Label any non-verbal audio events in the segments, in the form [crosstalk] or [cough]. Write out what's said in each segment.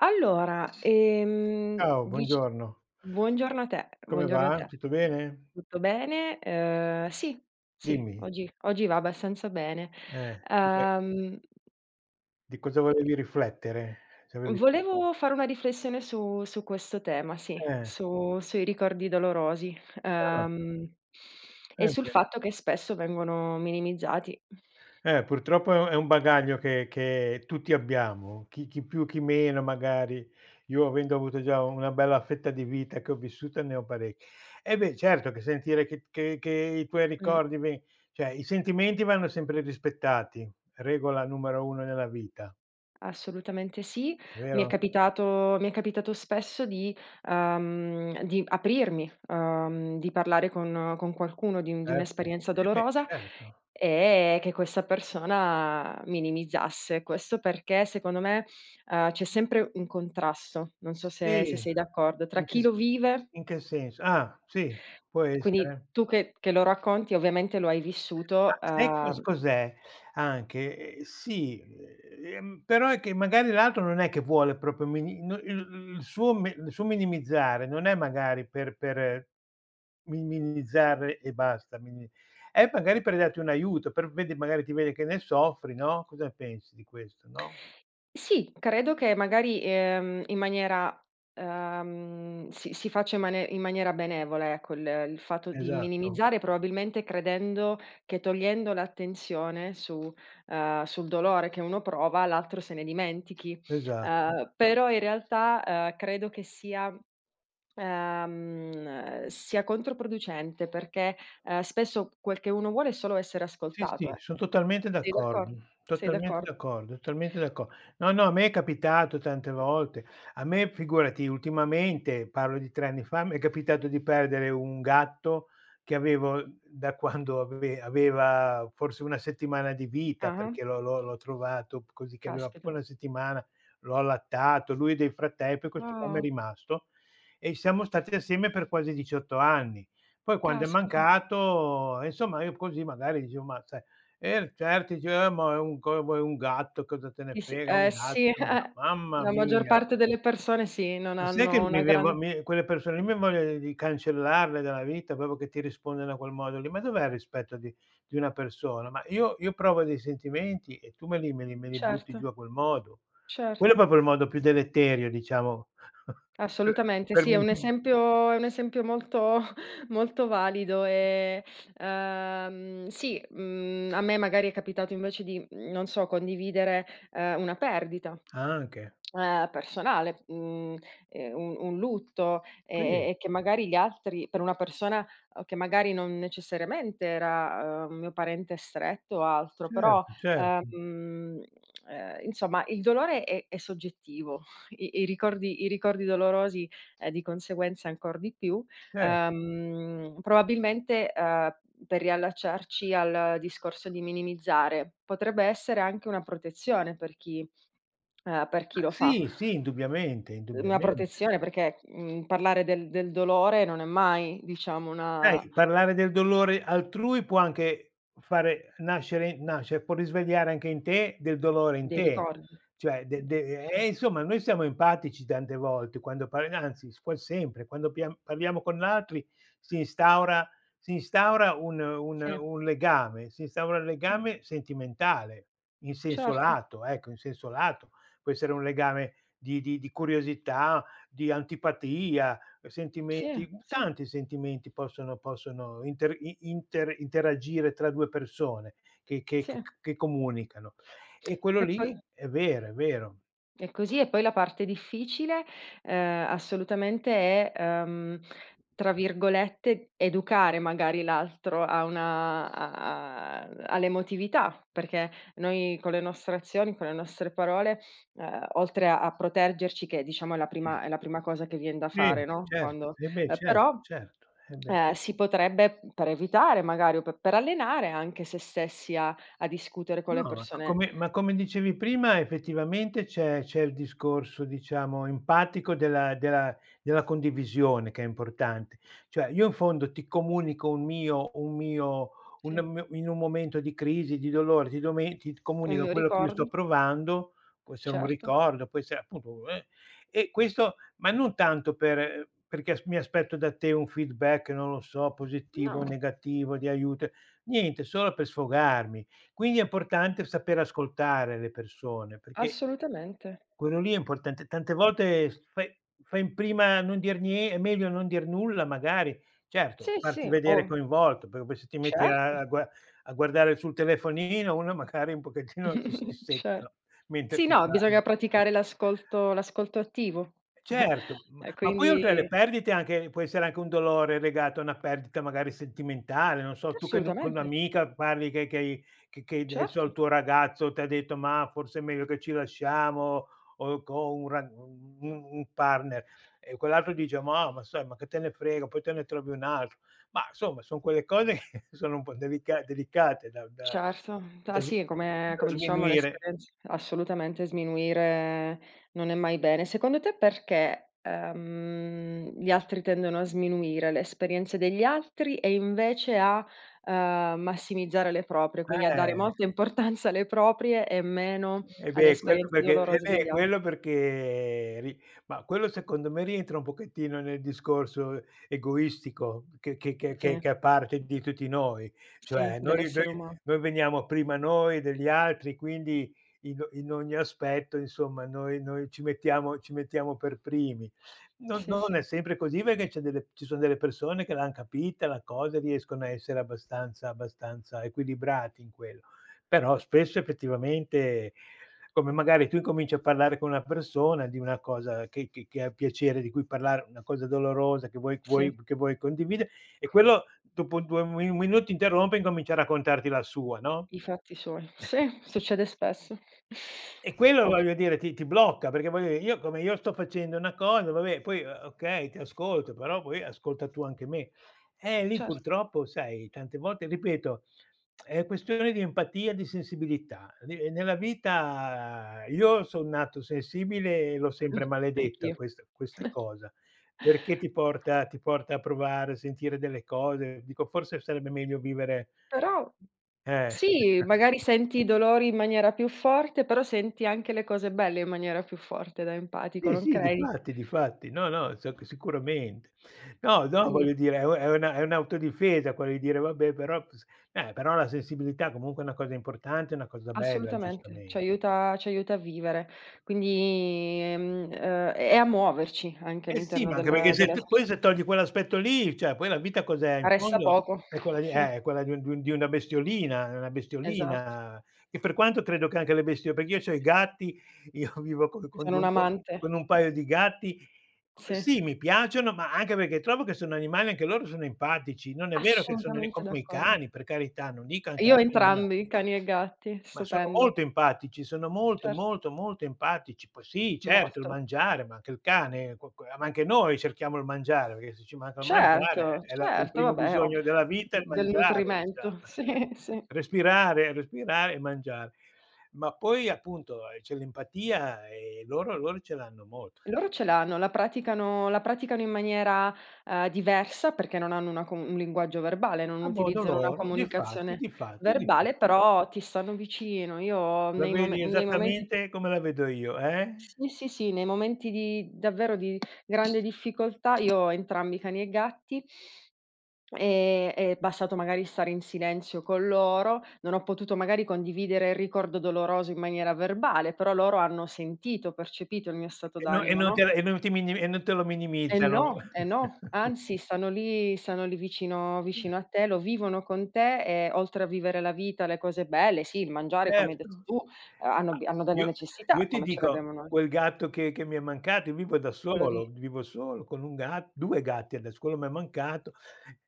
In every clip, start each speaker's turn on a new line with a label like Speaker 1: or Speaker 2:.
Speaker 1: Allora,
Speaker 2: Ciao,
Speaker 1: dic
Speaker 2: buongiorno.
Speaker 1: buongiorno a te,
Speaker 2: Come
Speaker 1: buongiorno a
Speaker 2: va?
Speaker 1: te.
Speaker 2: Tutto bene?
Speaker 1: Tutto bene? Sì, sì,
Speaker 2: Dimmi,
Speaker 1: oggi va abbastanza bene.
Speaker 2: com'è
Speaker 1: Ehm,
Speaker 2: di cosa volevi riflettere? Se avevi
Speaker 1: Volevo fare una riflessione su questo tema, sì,
Speaker 2: eh,
Speaker 1: su sui ricordi dolorosi,
Speaker 2: no, no,
Speaker 1: ehm, e
Speaker 2: eh
Speaker 1: sul
Speaker 2: beh.
Speaker 1: fatto che spesso vengono minimizzati.
Speaker 2: Purtroppo è un bagaglio che tutti abbiamo, chi chi più, chi meno magari. Io avendo avuto già una bella fetta di vita che ho vissuta, ne ho parecchi. Eh beh, certo che sentire che i tuoi
Speaker 1: Mh.
Speaker 2: ricordi ve cioè i sentimenti vanno sempre rispettati, regola numero 1 nella vita,
Speaker 1: Assolutamente sì.
Speaker 2: vero?
Speaker 1: Mi è capitato spesso di aprirmi, di parlare con qualcuno di
Speaker 2: Certo.
Speaker 1: un'esperienza
Speaker 2: Eh beh,
Speaker 1: dolorosa
Speaker 2: certo.
Speaker 1: e che questa persona minimizzasse. Questo perché secondo me, c'è sempre un contrasto, non so
Speaker 2: Sì,
Speaker 1: se sei d'accordo, tra
Speaker 2: in che
Speaker 1: chi
Speaker 2: s
Speaker 1: lo vive,
Speaker 2: in che senso? Ah, sì, può
Speaker 1: quindi
Speaker 2: essere.
Speaker 1: tu che lo racconti ovviamente lo hai
Speaker 2: Ma
Speaker 1: vissuto,
Speaker 2: sai cos
Speaker 1: uhm
Speaker 2: cos'è anche? Sì, però è che magari l'altro non è che vuole proprio mini no il il suo mi il suo minimizzare non è magari per mi minimizzare e basta, mini è magari per darti un aiuto, per vedi magari ti vede che ne soffri, no, cosa pensi di questo, no?
Speaker 1: Sì, credo che magari, in maniera si faccia in mane in maniera benevola, ecco, il fatto di
Speaker 2: Esatto,
Speaker 1: minimizzare probabilmente credendo che togliendo l'attenzione su sul dolore che uno prova, l'altro se ne dimentichi.
Speaker 2: esatto.
Speaker 1: Però in realtà, credo che sia controproducente perché, spesso quel che uno vuole è solo essere
Speaker 2: Sì,
Speaker 1: ascoltato,
Speaker 2: sì, son
Speaker 1: ecco.
Speaker 2: totalmente
Speaker 1: Sei d'accor
Speaker 2: d'accordo,
Speaker 1: Sei
Speaker 2: totalmente
Speaker 1: d'accordo?
Speaker 2: d'accordo, totalmente d'acco no, no, a me è capitato tante volte. A me figurati ultimamente, parlo di 3 anni fa, mi è capitato di perdere un gatto che avevo da quando ave aveva forse 1 settimana di vita,
Speaker 1: Ah-ah.
Speaker 2: perché l'ho l'ho l'ho trovato così che aveva proprio
Speaker 1: Caspita.
Speaker 2: 1 settimana, l'ho allattato, lui e dei frate poi questo qua m'è
Speaker 1: Wow,
Speaker 2: rimasto e siamo stati assieme per quasi 18 anni. Poi quando è
Speaker 1: caspita.
Speaker 2: mancato, e insomma io così magari dicevo: "Ma sai" e certi dice: ma è un co vuoi un gatto, cosa te ne
Speaker 1: Ti s
Speaker 2: frega, un
Speaker 1: sì,
Speaker 2: gatto, un
Speaker 1: [laughs]
Speaker 2: ga"
Speaker 1: eh.
Speaker 2: mamma
Speaker 1: La maggior
Speaker 2: mia,
Speaker 1: parte delle persone, sì, non
Speaker 2: ma sai che
Speaker 1: hanno
Speaker 2: mi
Speaker 1: una
Speaker 2: vien vo
Speaker 1: grande.
Speaker 2: mi quelle persone lì mi voglia di cancellarle dalla vita, proprio che ti rispondono a quel modo lì. Ma dov'è il rispetto di una persona? Ma io provo dei sentimenti e tu me li me li me li butti
Speaker 1: Certo,
Speaker 2: giù a quel modo. Cioè, quello è
Speaker 1: certo,
Speaker 2: proprio il modo più deleterio, diciamo, [laughs] per
Speaker 1: assolutamente.
Speaker 2: per
Speaker 1: Sì, è
Speaker 2: me
Speaker 1: un esempio molto [laughs] molto valido e, sì, a me magari è capitato invece di, non so, condividere, una perdita.
Speaker 2: anche.
Speaker 1: Personale, un lutto, e
Speaker 2: Sì,
Speaker 1: che magari gli altri per una persona, che magari non necessariamente era, mio parente stretto o altro, però,
Speaker 2: certo, certo,
Speaker 1: ehm, insomma il dolore è soggettivo, [laughs] i ricordi dolorosi, di conseguenza ancor di più.
Speaker 2: cer
Speaker 1: Probabilmente, per riallacciarci al discorso di minimizzare, potrebbe essere anche una protezione per chi
Speaker 2: Ma
Speaker 1: lo fa.
Speaker 2: sì, sì, indubbiamente,
Speaker 1: Una
Speaker 2: indubbiamente.
Speaker 1: protezione perché, parlare del dolore non è mai, diciamo, una
Speaker 2: Sai, parlare del dolore altrui può anche fare nascere nascere può risvegliare anche in te del dolore in
Speaker 1: dei
Speaker 2: te.
Speaker 1: ricordi.
Speaker 2: Cioè de de
Speaker 1: Cer
Speaker 2: e insomma noi siamo empatici tante volte quando par anzi s quasi sempre, quando pia parliamo con altri si instaura si instaura
Speaker 1: Sì,
Speaker 2: un legame, si instaura un
Speaker 1: sì,
Speaker 2: legame sentimentale, in senso
Speaker 1: certo.
Speaker 2: lato, ecco, in senso lato. Può essere un legame di curiosità, di antipatia,
Speaker 1: Sì,
Speaker 2: Sentimenti mhmm,
Speaker 1: sì,
Speaker 2: tanti sentimenti possono possono inter i inter interagire tra 2 persone che c
Speaker 1: sì.
Speaker 2: che comunicano. E quello
Speaker 1: E poi
Speaker 2: lì è vero, è vero.
Speaker 1: È così e poi la parte difficile, assolutamente è, tra virgolette, "educare" magari l'altro a una a a all'emotività, perché noi con le nostre azioni, con le nostre parole, oltre a proteggerci che diciamo è la prima cosa che vien da fare,
Speaker 2: Sì,
Speaker 1: no,
Speaker 2: certo.
Speaker 1: quando
Speaker 2: Eh beh,
Speaker 1: ehm,
Speaker 2: certo,
Speaker 1: però,
Speaker 2: certo. Eh beh.
Speaker 1: si potrebbe per evitare magari o pe per allenare anche se stessi a discutere con le
Speaker 2: No,
Speaker 1: persone,
Speaker 2: ma come dicevi prima effettivamente c'è c'è il discorso diciamo empatico della della della condivisione che è importante. Cioè io in fondo ti comunico un mio un mio un
Speaker 1: sì,
Speaker 2: mio in un momento di crisi, di dolore, di dome ti
Speaker 1: un
Speaker 2: comunico
Speaker 1: mio
Speaker 2: quello che io sto
Speaker 1: ricordo,
Speaker 2: provando, può essere un
Speaker 1: certo.
Speaker 2: ricordo, può essere appunto e questo ma non tanto per perché as mi aspetto da te un feedback, non lo so, positivo o
Speaker 1: No.
Speaker 2: negativo, di aiuto, niente, solo per sfogarmi. Quindi è importante saper ascoltare le persone, perché
Speaker 1: Assolutamente.
Speaker 2: quello lì è importante. Tante volte s fai fai in prima a non dir nie è meglio non dir nulla magari. Certo,
Speaker 1: Sì,
Speaker 2: farti
Speaker 1: sì,
Speaker 2: vedere
Speaker 1: oh,
Speaker 2: coinvolto, perché poi se ti metti
Speaker 1: certo.
Speaker 2: a a gua a guardare sul telefonino, uno magari un pochettino si si
Speaker 1: [laughs] Cer
Speaker 2: secca mentre
Speaker 1: Sì,
Speaker 2: ti
Speaker 1: no,
Speaker 2: parla.
Speaker 1: bisogna praticare l'ascolto attivo. [laughs]
Speaker 2: Certo,
Speaker 1: E
Speaker 2: ma poi oltre alle
Speaker 1: quindi
Speaker 2: perdite anche può essere anche un dolore legato a una perdita magari sentimentale, non so, tu che nu con
Speaker 1: assolutamente,
Speaker 2: un'amica parli che hai che adesso il
Speaker 1: certo.
Speaker 2: tuo ragazzo t'ha detto: "Mah, forse è meglio che ci lasciamo", o con un ra un partner e quell'altro dice: "Mah, ma sai, ma che te ne frega, poi te ne trovi un altro". Ma insomma, son quelle cose [laughs] che sono un po' delica delicate da da
Speaker 1: Certo, ah
Speaker 2: da s
Speaker 1: sì, come
Speaker 2: da
Speaker 1: dicevamo
Speaker 2: sminuire.
Speaker 1: l'esperienz assolutamente sminuire non è mai bene. Secondo te perché, gli altri tendono a sminuire le esperienze degli altri e invece a, massimizzare le proprie, quindi a dare
Speaker 2: Eh.
Speaker 1: molta importanza alle proprie e meno
Speaker 2: Eh
Speaker 1: alle
Speaker 2: beh, quello
Speaker 1: esperienze
Speaker 2: perché eh
Speaker 1: dolorose
Speaker 2: beh,
Speaker 1: degli al
Speaker 2: quello perché ri ma quello secondo me rientra un pochettino nel discorso egoistico
Speaker 1: Sì,
Speaker 2: che a parte di tutti noi,
Speaker 1: sì,
Speaker 2: cioè noi noi
Speaker 1: dell'essere umano.
Speaker 2: noi veniamo prima noi degli altri, quindi in o in ogni aspetto insomma noi noi ci mettiamo per primi. Non
Speaker 1: Sì,
Speaker 2: non
Speaker 1: sì,
Speaker 2: è sempre così perché c'è delle ci sono delle persone che l'han capita la cosa e riescono a essere abbastanza abbastanza equilibrati in quello, però spesso effettivamente come magari tu incominci a parlare con una persona di una cosa che ha piacere di cui parlare, una cosa dolorosa che vuoi
Speaker 1: sì,
Speaker 2: vuoi che vuoi condividere e quello dopo 2 mi minuti interrompe e incomincia a raccontarti la sua, no?
Speaker 1: i fatti suoi. Sì, succede spesso.
Speaker 2: E
Speaker 1: [laughs]
Speaker 2: quello
Speaker 1: O
Speaker 2: voglio dire ti ti blocca, perché voglio dire io come io sto facendo una cosa, vabbè poi, okay, ti ascolto, però poi ascolta tu anche me. Lì
Speaker 1: cer
Speaker 2: purtroppo sai tante volte ripeto, è questione di empatia, di sensibilità. Di nella vita io son nato sensibile e l'ho
Speaker 1: [laughs]
Speaker 2: sempre
Speaker 1: Mh,
Speaker 2: maledetta
Speaker 1: anch'io.
Speaker 2: questa questa cosa, perché ti porta a provare, a sentire delle cose. Dico forse sarebbe meglio vivere
Speaker 1: Però
Speaker 2: eh.
Speaker 1: sì,
Speaker 2: [laughs]
Speaker 1: magari senti i dolori in maniera più forte, però senti anche le cose belle in maniera più forte da empatico,
Speaker 2: Sì,
Speaker 1: non
Speaker 2: sì,
Speaker 1: credi?
Speaker 2: difatti, difatti. No, no, so che sicuramente. No, no,
Speaker 1: Quindi
Speaker 2: voglio dire, è u è una è un'autodifesa quello di dire: "Vabbè, però" s però la sensibilità comunque è una cosa importante, è una cosa bella,
Speaker 1: assolutamente,
Speaker 2: giustamente.
Speaker 1: ci aiuta a vivere. Quindi, e a muoverci anche
Speaker 2: Eh sì,
Speaker 1: all'interno
Speaker 2: ma anche perché se
Speaker 1: della
Speaker 2: t poi
Speaker 1: società.
Speaker 2: se togli quell'aspetto lì, cioè poi la vita cos'è? In
Speaker 1: Resta
Speaker 2: fondo
Speaker 1: poco. Sì,
Speaker 2: è quella di un di un di una bestiolina, è una
Speaker 1: esatto.
Speaker 2: bestiolina, che per quanto credo che anche le bestio perché io c'ho i gatti, io [laughs] vivo
Speaker 1: Sono un
Speaker 2: co con
Speaker 1: amante.
Speaker 2: un paio di gatti.
Speaker 1: Sì,
Speaker 2: Sì, mi piacciono, ma anche perché trovo che sono animali anche loro sono empatici. Non è vero che sono ani
Speaker 1: assolutamente
Speaker 2: come i
Speaker 1: d'accordo.
Speaker 2: cani, per carità, non dico anche
Speaker 1: Io
Speaker 2: altri anima
Speaker 1: entrambi, cani e gatti,
Speaker 2: ma sono
Speaker 1: stupendo.
Speaker 2: molto empatici, sono molto,
Speaker 1: Certo,
Speaker 2: molto, molto empatici. Poi sì, certo il
Speaker 1: mostro.
Speaker 2: mangiare, ma anche il cane, qu qu ma anche noi cerchiamo il mangiare, perché se ci manca il mangiare
Speaker 1: Certo,
Speaker 2: è la è il
Speaker 1: certo,
Speaker 2: primo
Speaker 1: vabbè, ov
Speaker 2: bisogno della vita è il
Speaker 1: del
Speaker 2: mangiare diciamo,
Speaker 1: nutrimento, [laughs]
Speaker 2: eh.
Speaker 1: sì, sì.
Speaker 2: Respirare, respirare e mangiare. Ma poi appunto, c'è l'empatia e loro loro ce l'hanno molto.
Speaker 1: Loro ce l'hanno, la praticano in maniera, diversa perché non hanno una com un linguaggio verbale, non
Speaker 2: A modo
Speaker 1: utilizzano una
Speaker 2: loro, difatti,
Speaker 1: comunicazione
Speaker 2: difatti,
Speaker 1: verbale,
Speaker 2: difatti.
Speaker 1: però ti stanno vicino. Io
Speaker 2: La vedi
Speaker 1: nei momenti,
Speaker 2: esattamente come la vedo io, eh?
Speaker 1: sì, sì, sì, nei momenti di davvero di grande difficoltà io ho entrambi cani e gatti. È bastato magari stare in silenzio con loro, non ho potuto magari condividere il ricordo doloroso in maniera verbale, però loro hanno sentito, percepito il mio stato
Speaker 2: E no e
Speaker 1: d'animo,
Speaker 2: non te
Speaker 1: no?
Speaker 2: e non ti mini e non te lo
Speaker 1: Eh
Speaker 2: minimizzano.
Speaker 1: no, eh no,
Speaker 2: [laughs]
Speaker 1: anzi stanno lì vicino vicino a te, lo vivono con te e oltre a vivere la vita, le cose belle, sì, il mangiare come hai
Speaker 2: Certo.
Speaker 1: detto tu,
Speaker 2: Ma
Speaker 1: hanno bi hanno delle
Speaker 2: io io
Speaker 1: necessità
Speaker 2: ti
Speaker 1: come ce
Speaker 2: dico,
Speaker 1: l'abbiamo noi.
Speaker 2: quel gatto che mi è mancato, io vivo da
Speaker 1: Quello di
Speaker 2: solo, vivo solo con un gat 2 gatti adesso, quello m'è mancato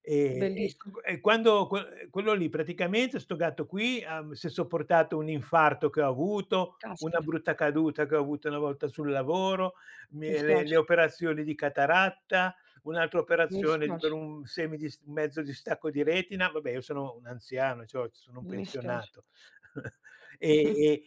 Speaker 2: e
Speaker 1: bellissimo.
Speaker 2: q e quando que quello lì praticamente 'sto gatto qui, si è sopportato un infarto che ho avuto, una
Speaker 1: Caspita,
Speaker 2: brutta caduta che ho avuto una volta sul lavoro, mi
Speaker 1: mi spiace,
Speaker 2: le operazioni di cataratta, un'altra
Speaker 1: mi
Speaker 2: operazione di per
Speaker 1: spiace,
Speaker 2: un semidis mezzo distacco di retina, vabbè io sono un anziano, c'ho sono un
Speaker 1: mi spiace.
Speaker 2: pensionato [laughs] e
Speaker 1: [laughs]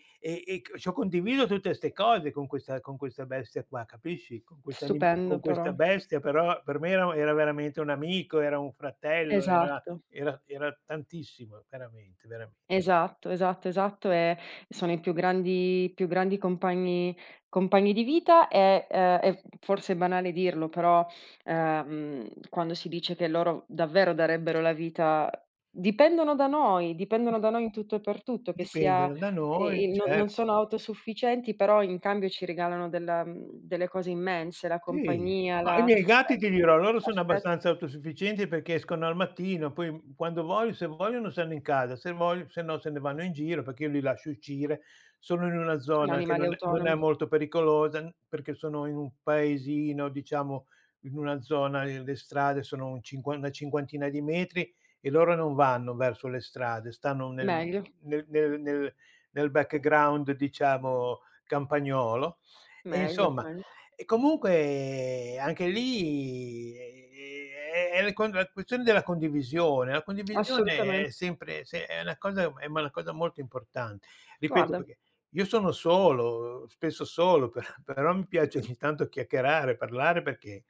Speaker 2: e c c'ho condiviso tutte 'ste cose con questa bestia qua, capisci? Con quest'anima con
Speaker 1: Stupendo però.
Speaker 2: questa bestia, però per me era era veramente un amico, era un fratello, era
Speaker 1: Esatto,
Speaker 2: era era tantissimo, veramente, veramente.
Speaker 1: esatto, esatto, esatto e sono i più grandi compagni di vita e è forse banale dirlo, però, quando si dice che loro davvero darebbero la vita, dipendono da noi in tutto e per tutto, che sia,
Speaker 2: Dipendono da noi,
Speaker 1: il non non
Speaker 2: certo.
Speaker 1: sono autosufficienti, però in cambio ci regalano delle cose immense, la
Speaker 2: Sì,
Speaker 1: compagnia,
Speaker 2: ma i
Speaker 1: la
Speaker 2: miei gatti ti dirò, loro sono
Speaker 1: l'affetto.
Speaker 2: abbastanza autosufficienti perché escono al mattino, poi, mhmm, quando voglio se vogliono stanno in casa, se voglio se no se ne vanno in giro perché io li lascio uscire. Sono in una
Speaker 1: Sono
Speaker 2: zona che
Speaker 1: animali
Speaker 2: non è non è
Speaker 1: autonomi.
Speaker 2: molto pericolosa, n perché sono in un paesino, diciamo, in una zona e le strade sono un cinqua una cinquantina di metri e loro non vanno verso le strade, stanno nel
Speaker 1: Meglio,
Speaker 2: nel nel nel nel background, diciamo, campagnolo. E
Speaker 1: meglio,
Speaker 2: insomma
Speaker 1: meglio.
Speaker 2: e comunque anche lì, è la con la questione della condivisione. La condivisione è
Speaker 1: Assolutamente.
Speaker 2: sempre se è una cosa è ma una cosa molto importante. Ripeto,
Speaker 1: Guarda.
Speaker 2: perché io sono solo, spesso solo, [laughs] per però mi piace
Speaker 1: Mh-mh.
Speaker 2: ogni tanto chiacchierare, parlare perché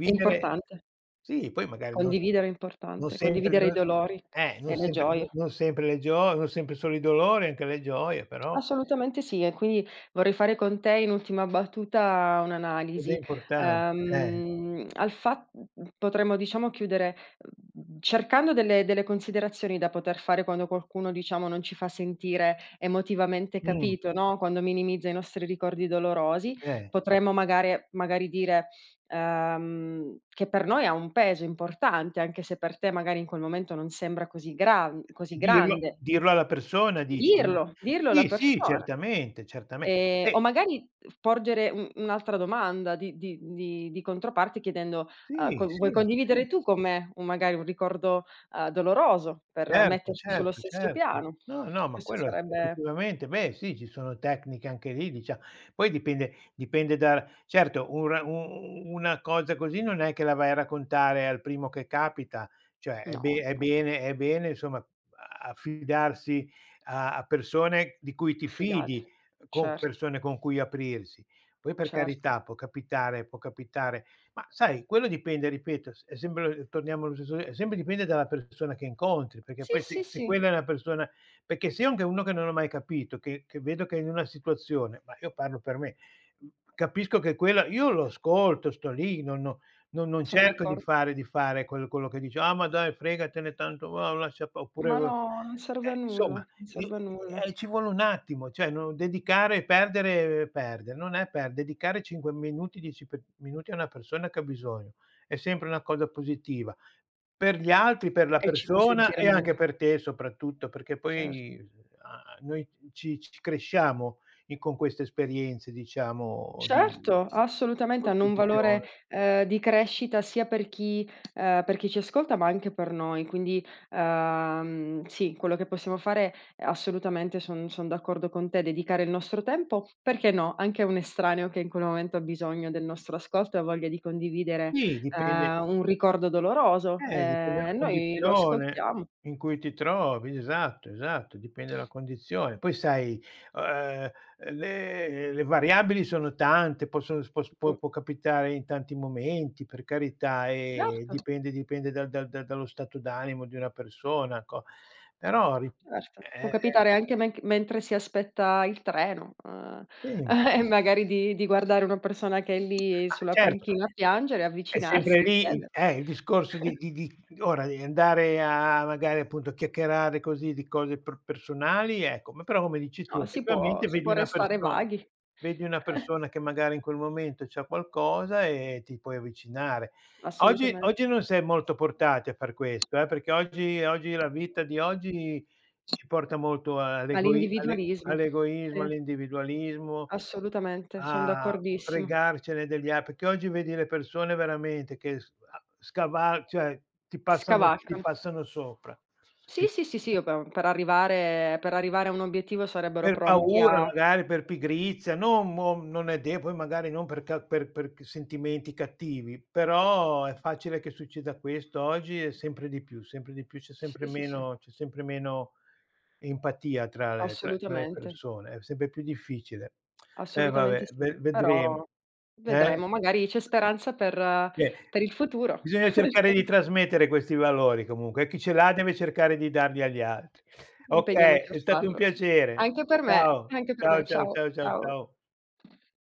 Speaker 1: È importante,
Speaker 2: sì, poi magari non
Speaker 1: condividere è
Speaker 2: non
Speaker 1: importante,
Speaker 2: sempre
Speaker 1: condividere i
Speaker 2: non
Speaker 1: dolori
Speaker 2: non
Speaker 1: e le
Speaker 2: sempre no
Speaker 1: gioie.
Speaker 2: non sempre le gio non sempre solo i dolori, anche le gioie però
Speaker 1: Assolutamente sì, e quindi vorrei fare con te in ultima battuta
Speaker 2: ed è
Speaker 1: un'analisi.
Speaker 2: importante. Eh,
Speaker 1: Al fa Potremmo diciamo chiudere, cercando delle considerazioni da poter fare quando qualcuno diciamo non ci fa sentire emotivamente
Speaker 2: mh,
Speaker 1: capito, no, quando minimizza i nostri ricordi dolorosi,
Speaker 2: eh.
Speaker 1: potremmo magari dire, che per noi ha un peso importante, anche se per te magari in quel momento non sembra così
Speaker 2: Dirlo
Speaker 1: grande.
Speaker 2: dirlo alla persona dici?
Speaker 1: Dirlo, dirlo alla
Speaker 2: Sì, sì,
Speaker 1: persona.
Speaker 2: certamente, certame eh,
Speaker 1: O magari porgere un'altra domanda di controparte chiedendo:
Speaker 2: sì,
Speaker 1: "Co
Speaker 2: sì,
Speaker 1: Vuoi
Speaker 2: sì.
Speaker 1: condividere tu con me un magari un ricordo, doloroso per
Speaker 2: Certo,
Speaker 1: metterci sullo
Speaker 2: certo,
Speaker 1: stesso
Speaker 2: certo.
Speaker 1: piano?"
Speaker 2: No, no, ma
Speaker 1: Questo
Speaker 2: quello e
Speaker 1: sarebbe.
Speaker 2: effettivamente, beh sì, ci sono tecniche anche lì dicia poi dipende dipende da certo un ra u u una cosa così non è che la vai a raccontare al primo che capita, cioè è be
Speaker 1: No, no,
Speaker 2: è bene insomma a affidarsi a a persone di cui ti fidi,
Speaker 1: fidati.
Speaker 2: con
Speaker 1: Certo,
Speaker 2: persone con cui aprirsi. Poi per
Speaker 1: certo.
Speaker 2: carità può capitare ma sai, quello dipende, ripeto, s è sempre torniamo allo stesso è sempre dipende dalla persona che incontri, perché
Speaker 1: Sì,
Speaker 2: poi se
Speaker 1: sì,
Speaker 2: se
Speaker 1: sì,
Speaker 2: quella è una persona perché se io anche uno che non ho mai capito, che vedo che è in una situazione ma io parlo per me, mhmm, capisco che quella io lo ascolto, sto lì, non non non non
Speaker 1: sono
Speaker 2: cerco
Speaker 1: d'accordo.
Speaker 2: di fare quel quello che dice: "Ah, ma dai fregatene tanto, ma lascia pa" oppure,
Speaker 1: Ma no, non serve a nulla,
Speaker 2: insomma
Speaker 1: non
Speaker 2: e
Speaker 1: serve a nulla
Speaker 2: e ci vuole un attimo, cioè no dedicare perdere perdere, non è per dedicare 5 minuti, 10 pe minuti a una persona che ha bisogno, è sempre una cosa positiva, per gli altri, per la
Speaker 1: e ci fa
Speaker 2: persona
Speaker 1: sentire
Speaker 2: e anche
Speaker 1: meglio,
Speaker 2: per te soprattutto, perché
Speaker 1: cer
Speaker 2: poi, a noi ci ci cresciamo in con queste esperienze diciamo di
Speaker 1: certo, assolutamente, hanno un valore,
Speaker 2: condivisione.
Speaker 1: di crescita sia per chi ci ascolta, ma anche per noi. Quindi, sì, quello che possiamo fare, assolutamente son d'accordo con te, dedicare il nostro tempo, perché no, anche a un estraneo che in quel momento ha bisogno del nostro ascolto e ha voglia di condividere,
Speaker 2: Sì, dipende
Speaker 1: un ricordo doloroso,
Speaker 2: Dipende dalla
Speaker 1: noi lo
Speaker 2: condizione
Speaker 1: ascoltiamo.
Speaker 2: in cui ti trovi, esatto, esatto, dipende dalla condizione. Poi sai, uhm, le variabili sono tante, possono s pos può
Speaker 1: Mh,
Speaker 2: può capitare in tanti momenti, per carità, e
Speaker 1: certo.
Speaker 2: dipende dipende dal dal dal dallo stato d'animo di una persona, co però ri
Speaker 1: Certo, può
Speaker 2: eh,
Speaker 1: capitare anche mentre si aspetta il treno,
Speaker 2: sì,
Speaker 1: [laughs] e magari di guardare una persona che è lì
Speaker 2: ma
Speaker 1: sulla
Speaker 2: certo.
Speaker 1: panchina a piangere,
Speaker 2: È sempre
Speaker 1: avvicinarsi e
Speaker 2: lì i
Speaker 1: chiede.
Speaker 2: il discorso
Speaker 1: [laughs]
Speaker 2: di ora di andare a magari appunto a chiacchierare così di cose per personali, ecco, ma però come dici tu
Speaker 1: No,
Speaker 2: effettivamente
Speaker 1: si
Speaker 2: vedi
Speaker 1: può
Speaker 2: una
Speaker 1: restare
Speaker 2: perso
Speaker 1: vaghi,
Speaker 2: vedi una persona che magari in quel momento c'ha qualcosa e ti puoi avvicinare. Oggi
Speaker 1: assolutamen
Speaker 2: oggi non si è molto portati a far questo, perché oggi oggi la vita di oggi ci porta molto all'egoi alle
Speaker 1: All'individualismo.
Speaker 2: all'egoismo,
Speaker 1: Sì,
Speaker 2: all'individualismo,
Speaker 1: assolutamente, son
Speaker 2: Ah,
Speaker 1: d'accordissimo.
Speaker 2: fregarcene degli a perché oggi vedi le persone veramente che s a scaval cioè ti
Speaker 1: Scavalcano.
Speaker 2: passano sopra. Pi
Speaker 1: Sì, sì, sì, sì, vabbè, per arrivare a un obiettivo sarebbero
Speaker 2: per
Speaker 1: pronti
Speaker 2: paura
Speaker 1: a.
Speaker 2: magari, per pigrizia, non mo non è de poi magari non per ca per c sentimenti cattivi, però è facile che succeda questo oggi e sempre di più,
Speaker 1: Sì, sì, sì,
Speaker 2: c'è sempre meno empatia tra le tra tra le
Speaker 1: assolutamente.
Speaker 2: persone, è sempre più difficile. Eh
Speaker 1: Assolutamente
Speaker 2: vabbè,
Speaker 1: sì,
Speaker 2: ve vedremo.
Speaker 1: però
Speaker 2: Eh?
Speaker 1: vedremo, magari c'è speranza
Speaker 2: Beh,
Speaker 1: per il futuro.
Speaker 2: bisogna cercare di
Speaker 1: [laughs]
Speaker 2: trasmettere questi valori comunque e chi ce l'ha deve cercare di darli agli altri. Okay,
Speaker 1: Impegniamoci a
Speaker 2: è stato un
Speaker 1: farlo.
Speaker 2: piacere.
Speaker 1: Anche per me,
Speaker 2: Ciao,
Speaker 1: anche per
Speaker 2: ciao,
Speaker 1: me.
Speaker 2: ciao,
Speaker 1: Ciao,
Speaker 2: ciao, ciao,
Speaker 1: ciao.
Speaker 2: ciao.